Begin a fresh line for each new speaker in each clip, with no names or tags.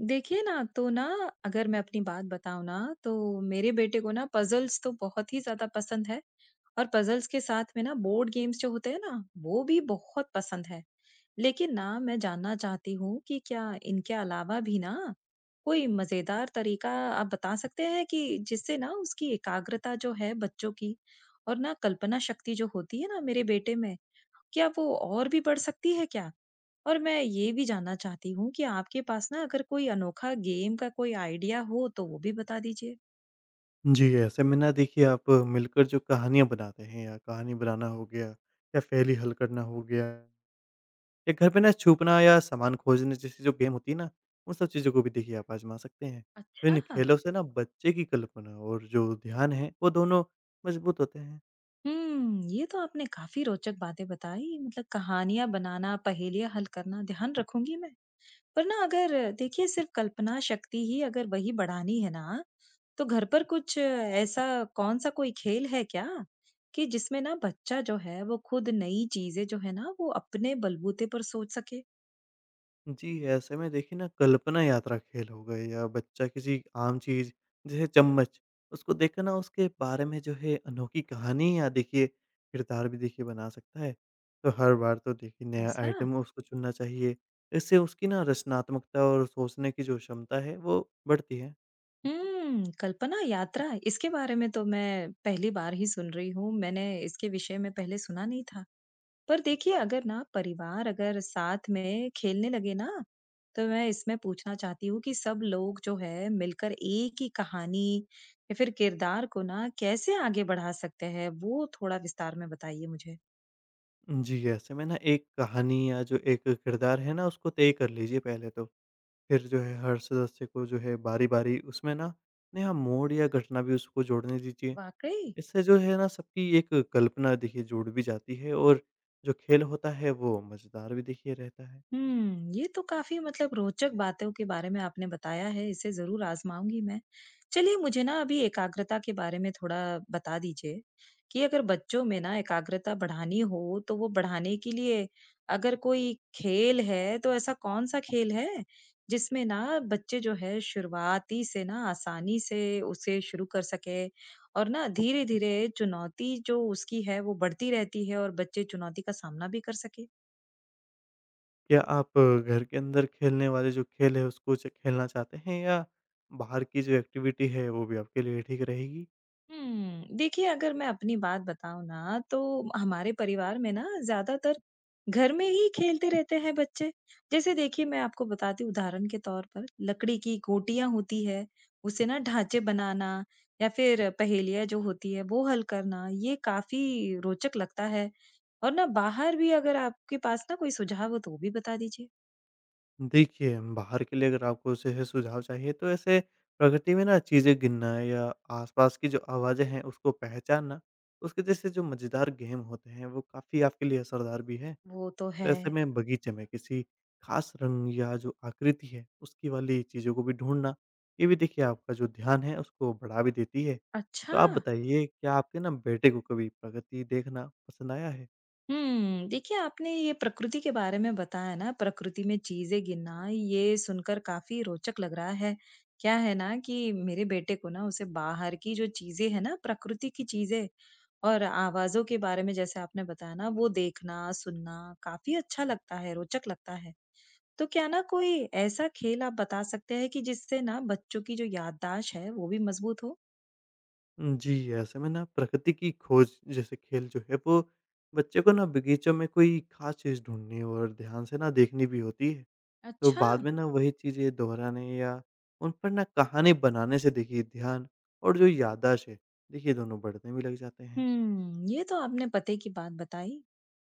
देखिए ना, तो ना अगर मैं अपनी बात बताऊँ ना, तो मेरे बेटे को ना पज़ल्स तो बहुत ही ज़्यादा पसंद है। और पज़ल्स के साथ में ना बोर्ड गेम्स जो होते हैं ना, वो भी बहुत पसंद है। लेकिन ना मैं जानना चाहती हूँ कि क्या इनके अलावा भी ना कोई मज़ेदार तरीका आप बता सकते हैं कि जिससे ना उसकी एकाग्रता जो है बच्चों की और ना कल्पना शक्ति जो होती है ना मेरे बेटे में, क्या वो और भी बढ़ सकती है क्या? और मैं ये भी जानना चाहती हूँ कि आपके पास ना अगर कोई अनोखा गेम का कोई आइडिया हो तो वो भी बता दीजिए।
जी, ऐसे में ना देखिए आप मिलकर जो कहानियाँ बनाते हैं या कहानी बनाना हो गया या पहेली हल करना हो गया या घर पे ना छुपना या सामान खोजने जैसी जो गेम होती है ना, उन सब चीज़ों को भी देखिए आप आज़मा सकते हैं। तो इन
अच्छा।
खेलों से ना बच्चे की कल्पना और जो ध्यान है वो दोनों मजबूत होते हैं।
ये तो आपने काफी रोचक बातें बताई, मतलब कहानियां बनाना, पहेलियां हल करना, ध्यान रखूंगी मैं। पर ना अगर देखिए सिर्फ कल्पना शक्ति ही अगर वही बढ़ानी है ना, तो घर पर कुछ ऐसा कौन सा कोई खेल है क्या कि जिसमें ना बच्चा जो है वो खुद नई चीजें जो है ना वो अपने बलबूते पर सोच सके।
जी, ऐसे में देखिए ना कल्पना यात्रा खेल हो गए या बच्चा किसी आम चीज़ जैसे चम्मच, उसको देखकर ना उसके बारे में जो है अनोखी कहानी या देखिए किरदार भी देखिए बना सकता है। तो हर बार तो देखिए नया
ऐसा।
आइटम उसको चुनना चाहिए। इससे उसकी ना रचनात्मकता और सोचने की जो क्षमता है वो बढ़ती है।
कल्पना यात्रा इसके बारे में तो मैं पहली बार ही सुन रही हूँ। मैंने इसके विषय में पहले सुना नहीं था। पर देखिए अगर ना परिवार अगर साथ में खेलने लगे ना, तो मैं इसमें पूछना चाहती हूँ कि सब लोग जो है मिलकर एक ही कहानी या फिर किरदार को ना कैसे आगे बढ़ा सकते हैं? वो थोड़ा विस्तार में बताइए मुझे।
जी, ऐसे में ना एक कहानी या जो एक किरदार है ना उसको तय कर लीजिए पहले तो। फिर जो है हर सदस्य को जो है बारी-बारी उसमें ना नया मोड़ या घटना भी उसको जोड़ने दीजिए।
वाक़ई?
इससे जो है ना सबकी एक कल्पना देखिए जुड़ भी जाती है और जो खेल होता है वो मज़ेदार भी देखिए रहता है।
ये तो काफ़ी मतलब रोचक बातों के बारे में आपने बताया है, इसे ज़रूर आज़माऊँगी मैं। चलिए मुझे ना अभी एकाग्रता के बारे में थोड़ा बता दीजिए, कि अगर बच्चों में ना एकाग्रता बढ़ानी हो, तो वो बढ़ाने के लिए अगर कोई खेल है, तो ऐसा कौन-सा खेल है, जिसमें ना बच्चे जो है शुरुआती से ना आसानी से उसे शुरू कर सकें और ना धीरे-धीरे चुनौती जो उसकी है, वो बढ़ती रहती है और बच्चे चुनौती का सामना भी कर सकें?
क्या आप घर के अंदर खेलने वाले जो खेल है उसको च खेलना चाहते हैं या बाहर की जो एक्टिविटी है वो भी आपके लिए ठीक रहेगी?
हुँ। देखिए, अगर मैं अपनी बात बताऊँ ना, तो हमारे परिवार में ना ज़्यादातर घर में ही खेलते रहते हैं बच्चे। जैसे देखिए, मैं आपको बताती हूँ उदाहरण के तौर पर लकड़ी की गोटियाँ होती है, उससे ना ढाँचे बनाना या फिर पहेलियाँ जो होती है वो हल करना, ये काफ़ी रोचक लगता है। और ना बाहर भी अगर आपके पास ना कोई सुझाव हो तो वो भी बता दीजिए।
देखिए, बाहर के लिए अगर आपको जो है सुझाव चाहिए तो ऐसे प्रकृति में ना चीज़ें गिनना या आस-पास की जो आवाज़ें हैं उसको पहचानना, उसके जैसे जो मज़ेदार गेम होते हैं वो काफ़ी आपके लिए असरदार भी है।
वो तो
तो
है।
ऐसे में बगीचे में किसी खास रंग या जो आकृति है, उसकी वाली चीज़ों को भी ढूँढना, ये भी देखिए आपका जो ध्यान है उसको बढ़ा भी देती है। तो
अच्छा!
आप बताइए, क्या आपके ना बेटे को कभी प्रकृति देखना पसंद आया है?
देखिए आपने ये प्रकृति के बारे में बताया ना, प्रकृति में चीज़ें गिनना, ये सुनकर काफ़ी रोचक लग रहा है। क्या है ना कि मेरे बेटे को ना उसे बाहर की जो चीज़ें हैं ना, प्रकृति की चीज़ें और आवाज़ों के बारे में जैसे आपने बताया ना, वो देखना, सुनना काफ़ी अच्छा लगता है, रोचक लगता है। तो क्या ना कोई ऐसा खेल आप बता सकते हैं कि जिससे ना बच्चों की जो याददाश्त है, वो भी मज़बूत हो?
जी, ऐसे में ना प्रकृति की खोज जैसे खेल जो है वो बच्चे को ना बगीचों में कोई खास चीज़ ढूँढनी और ध्यान से ना देखनी भी होती है। तो
अच्छा!
बाद में ना वही चीज़ें दोहराने या उन पर ना कहानी बनाने से देखिए ध्यान और जो याददाश्त है, देखिए दोनों बढ़ने भी लग जाते हैं।
ये तो आपने पते की बात बताई।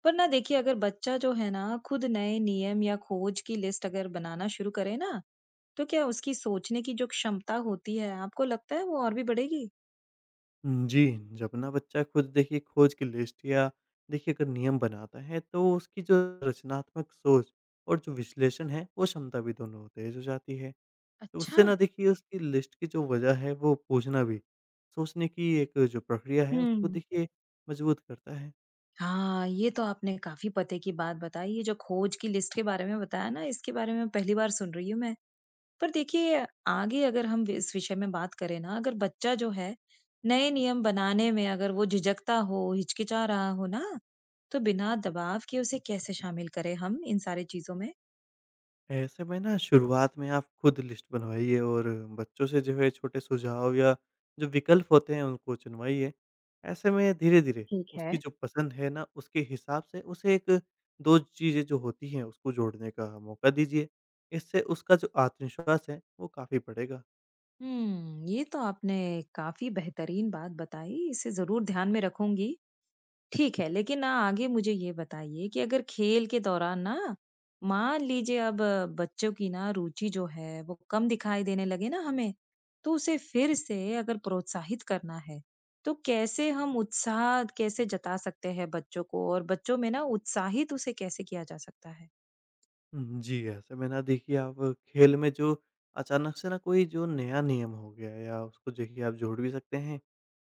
पर ना देखिए अगर बच्चा जो है ना खुद नए नियम या खोज की लिस्ट अगर बनाना शुरू करे ना, तो क्या उसकी सोचने की जो क्षमता होती है आपको लगता है वो और भी बढ़ेगी?
हुँ, जी, जब ना बच्चा खुद देखिए खोज की लिस्ट या देखिए अगर नियम बनाता है, तो उसकी जो रचनात्मक सोच और जो विश्लेषण है, वो क्षमता भी दोनों तेज़ हो जाती है। तो
अच्छा।
उससे ना देखिए उसकी लिस्ट की जो वजह है, वो पूछना भी, सोचने की एक जो प्रक्रिया है, उसको
हम्म।
देखिए मजबूत करता है।
हाँ, ये तो आपने काफी पते की बात बताई, ये जो खोज की लिस्ट के बारे में बताया ना, इसके बारे में पहली बार सुन रही हूँ मैं। पर देखिए आगे अगर हम इस विषय में बात करें ना, अगर बच्चा जो है नए नियम बनाने में अगर वो झिझकता हो, हिचकिचा रहा हो ना, तो बिना दबाव के उसे कैसे शामिल करें हम इन सारी चीजों में?
ऐसे में ना शुरुआत में आप खुद लिस्ट बनवाइए और बच्चों से जो है छोटे सुझाव या जो विकल्प होते हैं उनको चुनवाइए। ऐसे में धीरे-धीरे
ठीक है।
उसकी जो पसंद है ना उसके हिसाब से उसे 1-2 चीज़ें जो होती हैं उसको जोड़ने का मौका दीजिए। इससे उसका जो आत्मविश्वास है वो काफ़ी बढ़ेगा।
ये तो आपने काफी बेहतरीन बात बताई, इसे जरूर ध्यान में रखूंगी। ठीक है, लेकिन ना आगे मुझे ये बताइए कि अगर खेल के दौरान ना मान लीजिए अब बच्चों की ना रुचि जो है वो कम दिखाई देने लगे ना हमें, तो उसे फिर से अगर प्रोत्साहित करना है, तो कैसे हम उत्साह कैसे जता सकते हैं बच्चों को, और बच्चों में ना उत्साहित उसे कैसे किया जा सकता है?
हुँ, जी, ऐसे में ना देखिए आप खेल में जो अचानक से ना कोई जो नया नियम हो गया है, या उसको देखिए आप जोड़ भी सकते हैं।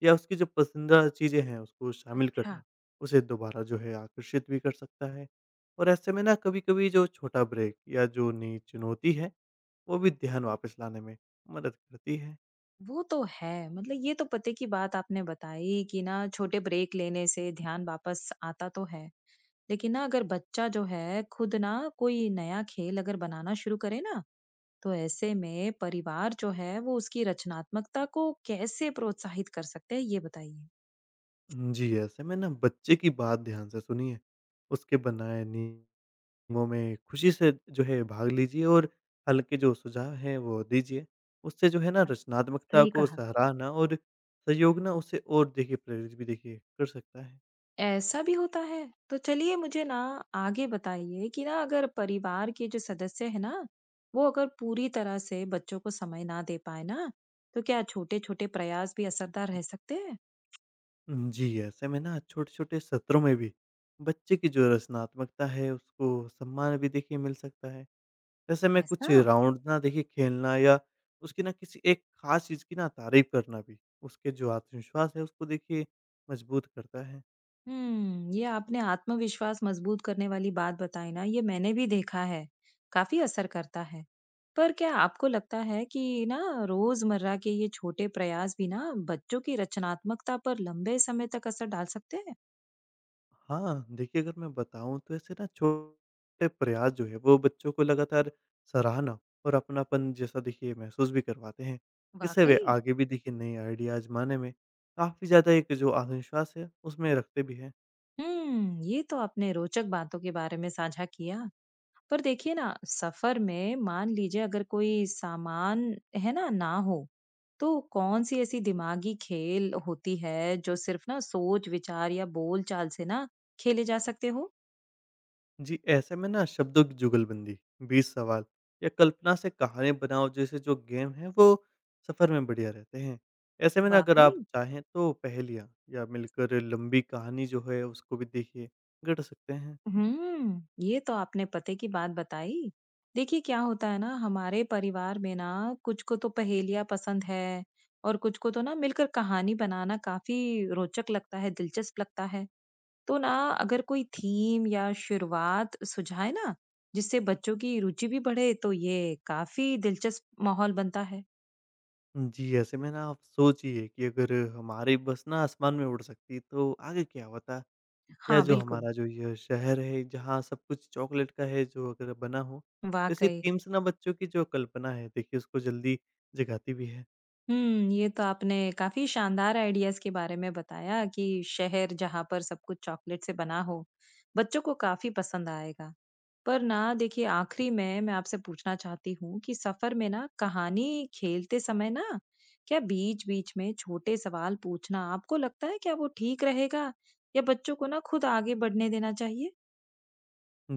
या उसकी जो पसंदीदा चीज़ें हैं, उसको शामिल
अच्छा।
करना, उसे दोबारा जो है आकर्षित भी कर सकता है। और ऐसे में ना कभी-कभी जो छोटा ब्रेक या जो नई चुनौती है, वो भी ध्यान वापस लाने में मदद करती है।
वो तो है। मतलब ये तो पते की बात आपने बताई कि ना छोटे ब्रेक लेने से ध्यान वापस आता तो है। लेकिन ना अगर बच्चा जो है खुद ना कोई नया खेल अगर बनाना शुरू करे ना, तो ऐसे में परिवार जो है वो उसकी रचनात्मकता को कैसे प्रोत्साहित कर सकते हैं, ये बताइए?
जी, ऐसे में ना बच्चे की बात ध्यान से सुनिए, उसके बनाए नियमों में खुशी से जो है भाग लीजिए और हल्के जो सुझाव हैं वो दीजिए। उससे जो है ना
अ,
रचनात्मकता
सही
को
कहा।
सराहना और सहयोग ना उसे और देखिए प्रेरित भी देखिए कर सकता है।
ऐसा भी होता है? तो चलिए मुझे ना आगे बताइए कि ना अगर परिवार के जो सदस्य है ना, वो अगर पूरी तरह से बच्चों को समय ना दे पाए ना, तो क्या छोटे-छोटे प्रयास भी असरदार रह सकते हैं?
जी, ऐसे में ना छोटे-छोटे सत्रों में भी बच्चे की जो रचनात्मकता है उसको सम्मान भी देखिए मिल सकता है। ऐसे में
ऐसा?
कुछ राउंड ना देखिए खेलना या उसकी ना किसी एक ख़ास चीज़ की ना तारीफ़ करना भी उसके जो आत्मविश्वास है उसको देखिए मजबूत करता है।
ये आपने आत्मविश्वास मजबूत करने वाली बात बताई ना, ये मैंने भी देखा है। काफी असर करता है। पर क्या आपको लगता है कि ना रोजमर्रा के ये छोटे प्रयास भी ना बच्चों की रचनात्मकता पर लंबे समय तक असर डाल सकते हैं?
हाँ, देखिए अगर मैं बताऊँ तो ऐसे ना छोटे प्रयास जो है वो बच्चों को लगातार सराहना और अपनापन जैसा देखिए महसूस भी करवाते हैं। इससे वे
वाकई?
आगे भी देखिए नए आइडिया आज़माने में काफ़ी ज़्यादा एक जो आत्मविश्वास है उसमें रखते भी हैं।
ये तो आपने रोचक बातों के बारे में साझा किया। पर देखिए ना सफर में मान लीजिए अगर कोई सामान है ना ना हो, तो कौन सी ऐसी दिमागी खेल होती है जो सिर्फ ना सोच विचार या बोल चाल से ना खेले जा सकते हो?
जी, ऐसे में ना शब्दों की जुगलबंदी, 20 सवाल या कल्पना से कहानी बनाओ जैसे जो गेम हैं वो सफ़र में बढ़िया रहते हैं। ऐसे में ना अगर
वाकई।
आप चाहें तो पहेलियाँ या मिलकर लंबी कहानी जो है उसको भी देखिए गढ़ सकते हैं।
ये तो आपने पते की बात बताई। देखिए क्या होता है ना, हमारे परिवार में ना कुछ को तो पहेलियां पसंद है और कुछ को तो ना मिलकर कहानी बनाना काफी रोचक लगता है, दिलचस्प लगता है। तो ना अगर कोई थीम या शुरुआत सुझाए ना जिससे बच्चों की रुचि भी बढ़े, तो ये काफी दिलचस्प माहौल बनता है।
जी, ऐसे में ना आप सोचिए, कि अगर हमारी बस ना आसमान में उड़ सकती तो आगे क्या होता? या
हाँ,
जो
बिल्कुल।
हमारा जो ये शहर है जहाँ सब कुछ चॉकलेट का है जो अगर बना हो, तो ऐसी
वाकई।
थीम से ना बच्चों की जो कल्पना है देखिए उसको जल्दी जगाती भी है।
ये तो आपने काफ़ी शानदार आइडियाज़ के बारे में बताया कि शहर जहाँ पर सब कुछ चॉकलेट से बना हो, बच्चों को काफ़ी पसंद आएगा। पर ना देखिए आखिरी में मैं आपसे पूछना चाहती हूँ कि सफ़र में ना कहानी खेलते समय ना क्या बीच-बीच में छोटे सवाल पूछना आपको लगता है क्या वो ठीक रहेगा? या बच्चों को ना खुद आगे बढ़ने देना चाहिए?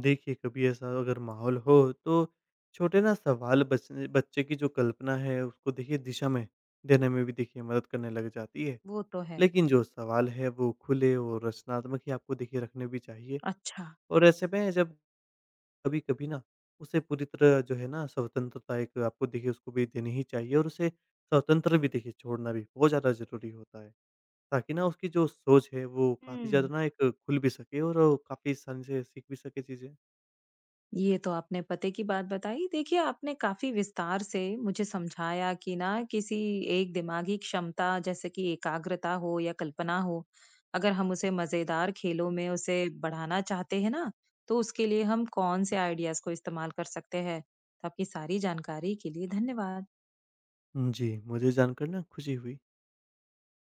देखिए कभी ऐसा अगर माहौल हो तो छोटे ना सवाल बच बच्चे की जो कल्पना है उसको देखिए दिशा में देने में भी देखिए मदद करने लग जाती है।
वो तो है।
लेकिन जो सवाल है वो खुले और रचनात्मक ही आपको देखिए रखने भी चाहिए।
अच्छा।
और ऐसे में जब कभी-कभी ना उसे पूरी तरह जो है ना स्वतंत्रता एक आपको देखिए उसको भी देनी ही चाहिए और उसे स्वतंत्र भी देखिए छोड़ना भी बहुत ज़्यादा ज़रूरी होता है। ताकि ना उसकी जो सोच है वो काफ़ी ज़्यादा
हुँ।
ना एक खुल भी सके और काफ़ी आसानी से सीख भी सके चीज़ें।
ये तो आपने पते की बात बताई। देखिए, आपने काफ़ी विस्तार से मुझे समझाया कि ना किसी एक दिमागी क्षमता जैसे कि एकाग्रता हो या कल्पना हो, अगर हम उसे मज़ेदार खेलों में उसे बढ़ाना चाहते हैं ना, तो उसके लिए हम कौन से आइडियाज़ को इस्तेमाल कर सकते हैं। तो आपकी सारी जानकारी के लिए धन्यवाद।
जी, मुझे जानकर ना खुशी हुई।